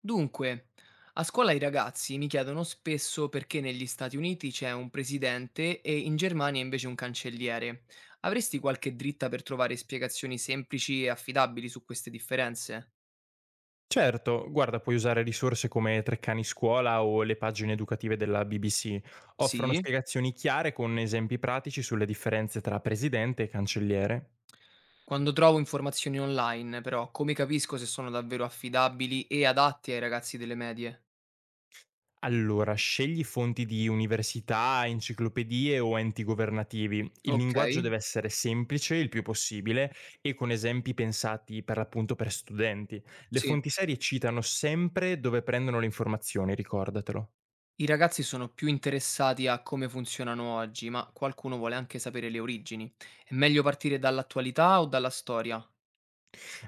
Dunque, a scuola i ragazzi mi chiedono spesso perché negli Stati Uniti c'è un presidente e in Germania invece un cancelliere. Avresti qualche dritta per trovare spiegazioni semplici e affidabili su queste differenze? Certo, guarda, puoi usare risorse come Treccani Scuola o le pagine educative della BBC. Offrono Sì. spiegazioni chiare con esempi pratici sulle differenze tra presidente e cancelliere. Quando trovo informazioni online, però, come capisco se sono davvero affidabili e adatti ai ragazzi delle medie? Allora, scegli fonti di università, enciclopedie o enti governativi. Il Ok, linguaggio deve essere semplice il più possibile e con esempi pensati per l'appunto per studenti. Le sì. fonti serie citano sempre dove prendono le informazioni, ricordatelo. I ragazzi sono più interessati a come funzionano oggi, ma qualcuno vuole anche sapere le origini. È meglio partire dall'attualità o dalla storia?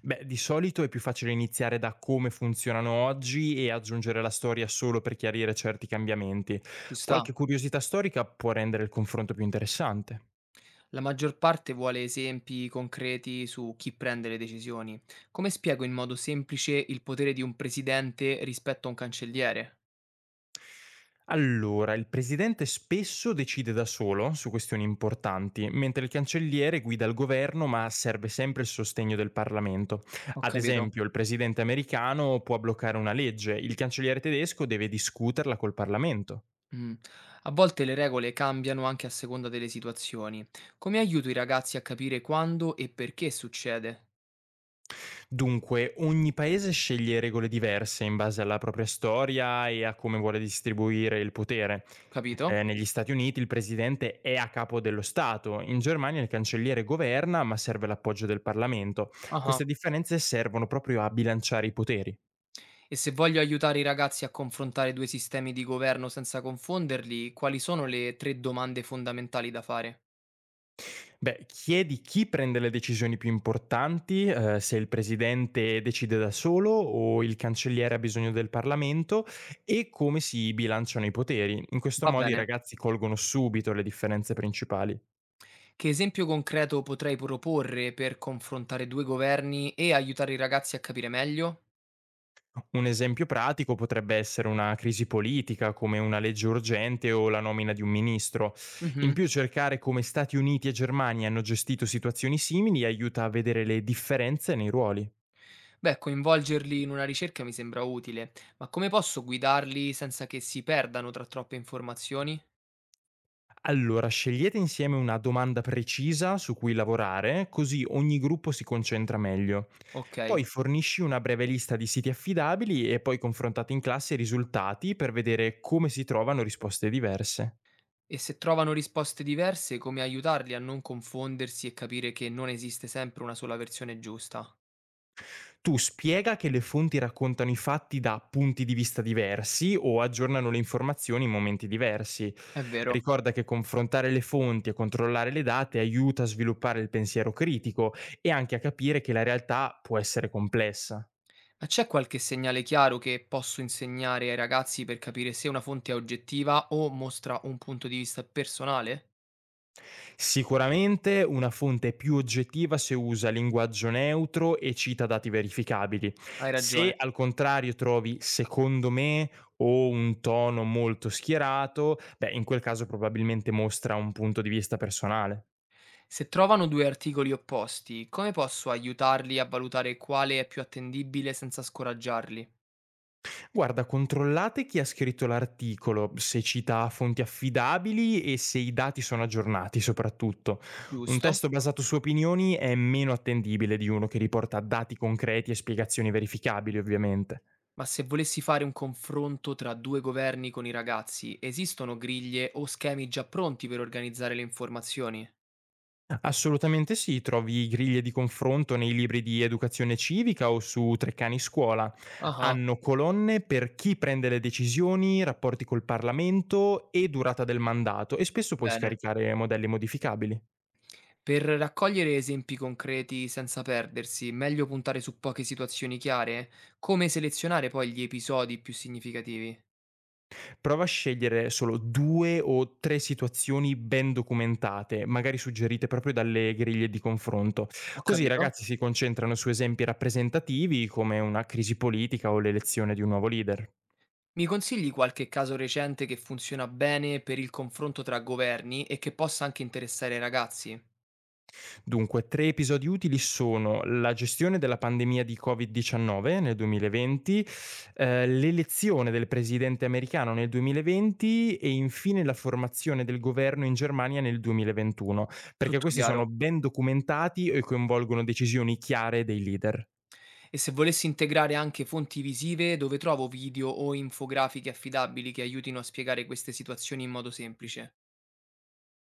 Beh, di solito è più facile iniziare da come funzionano oggi e aggiungere la storia solo per chiarire certi cambiamenti. Ci Qualche sta. curiosità storica può rendere il confronto più interessante. La maggior parte vuole esempi concreti su chi prende le decisioni. Come spiego in modo semplice il potere di un presidente rispetto a un cancelliere? Allora, il presidente spesso decide da solo su questioni importanti, mentre il cancelliere guida il governo ma serve sempre il sostegno del Parlamento. Ho Ad capito. esempio, il presidente americano può bloccare una legge, il cancelliere tedesco deve discuterla col Parlamento. Mm. A volte le regole cambiano anche a seconda delle situazioni. Come aiuto i ragazzi a capire quando e perché succede? Dunque, ogni paese sceglie regole diverse in base alla propria storia e a come vuole distribuire il potere. Capito? Negli Stati Uniti il presidente è a capo dello Stato, in Germania il cancelliere governa ma serve l'appoggio del Parlamento. Ah. Queste differenze servono proprio a bilanciare i poteri. E se voglio aiutare i ragazzi a confrontare due sistemi di governo senza confonderli, quali sono le tre domande fondamentali da fare? Beh, chiedi chi prende le decisioni più importanti, se il presidente decide da solo o il cancelliere ha bisogno del Parlamento e come si bilanciano i poteri. In questo Va modo i bene. ragazzi colgono subito le differenze principali. Che esempio concreto potrei proporre per confrontare due governi e aiutare i ragazzi a capire meglio? Un esempio pratico potrebbe essere una crisi politica come una legge urgente o la nomina di un ministro. In Mhm. più cercare come Stati Uniti e Germania hanno gestito situazioni simili aiuta a vedere le differenze nei ruoli. Beh, coinvolgerli in una ricerca mi sembra utile, ma come posso guidarli senza che si perdano tra troppe informazioni? Allora, scegliete insieme una domanda precisa su cui lavorare, così ogni gruppo si concentra meglio. Ok, Poi fornisci una breve lista di siti affidabili e poi confrontate in classe i risultati per vedere come si trovano risposte diverse. e se trovano risposte diverse, come aiutarli a non confondersi e capire che non esiste sempre una sola versione giusta? Tu spiega che le fonti raccontano i fatti da punti di vista diversi o aggiornano le informazioni in momenti diversi. È vero. Ricorda che confrontare le fonti e controllare le date aiuta a sviluppare il pensiero critico e anche a capire che la realtà può essere complessa. Ma c'è qualche segnale chiaro che posso insegnare ai ragazzi per capire se una fonte è oggettiva o mostra un punto di vista personale? Sicuramente una fonte è più oggettiva se usa linguaggio neutro e cita dati verificabili. Hai ragione. Se al contrario trovi secondo me o un tono molto schierato, beh, in quel caso probabilmente mostra un punto di vista personale. Se trovano due articoli opposti, come posso aiutarli a valutare quale è più attendibile senza scoraggiarli? Guarda, controllate chi ha scritto l'articolo, se cita fonti affidabili e se i dati sono aggiornati soprattutto. Un Giusto? testo basato su opinioni è meno attendibile di uno che riporta dati concreti e spiegazioni verificabili, ovviamente. Ma se volessi fare un confronto tra due governi con i ragazzi, esistono griglie o schemi già pronti per organizzare le informazioni? Assolutamente sì, trovi griglie di confronto nei libri di educazione civica o su Treccani Scuola. Ah, Hanno colonne per chi prende le decisioni, rapporti col Parlamento e durata del mandato e spesso puoi bene. scaricare modelli modificabili. Per raccogliere esempi concreti senza perdersi, meglio puntare su poche situazioni chiare? Come selezionare poi gli episodi più significativi? Prova a scegliere solo due o tre situazioni ben documentate, magari suggerite proprio dalle griglie di confronto. Ho Così i capito? ragazzi si concentrano su esempi rappresentativi come una crisi politica o l'elezione di un nuovo leader. Mi consigli qualche caso recente che funziona bene per il confronto tra governi e che possa anche interessare i ragazzi? Dunque, tre episodi utili sono la gestione della pandemia di Covid-19 nel 2020, l'elezione del presidente americano nel 2020 e infine la formazione del governo in Germania nel 2021, perché Tutto questi chiaro. sono ben documentati e coinvolgono decisioni chiare dei leader. E se volessi integrare anche fonti visive, dove trovo video o infografiche affidabili che aiutino a spiegare queste situazioni in modo semplice?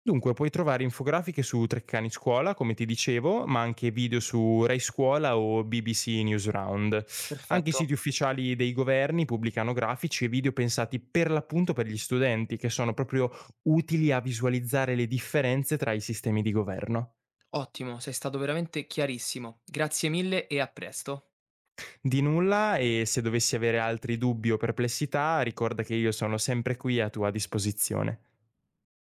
Dunque, puoi trovare infografiche su Treccani Scuola, come ti dicevo, ma anche video su Rai Scuola o BBC Newsround. Anche i Perfetto. siti ufficiali dei governi pubblicano grafici e video pensati per l'appunto per gli studenti, che sono proprio utili a visualizzare le differenze tra i sistemi di governo. Ottimo, sei stato veramente chiarissimo. Grazie mille e a presto. Di nulla, e se dovessi avere altri dubbi o perplessità, ricorda che io sono sempre qui a tua disposizione.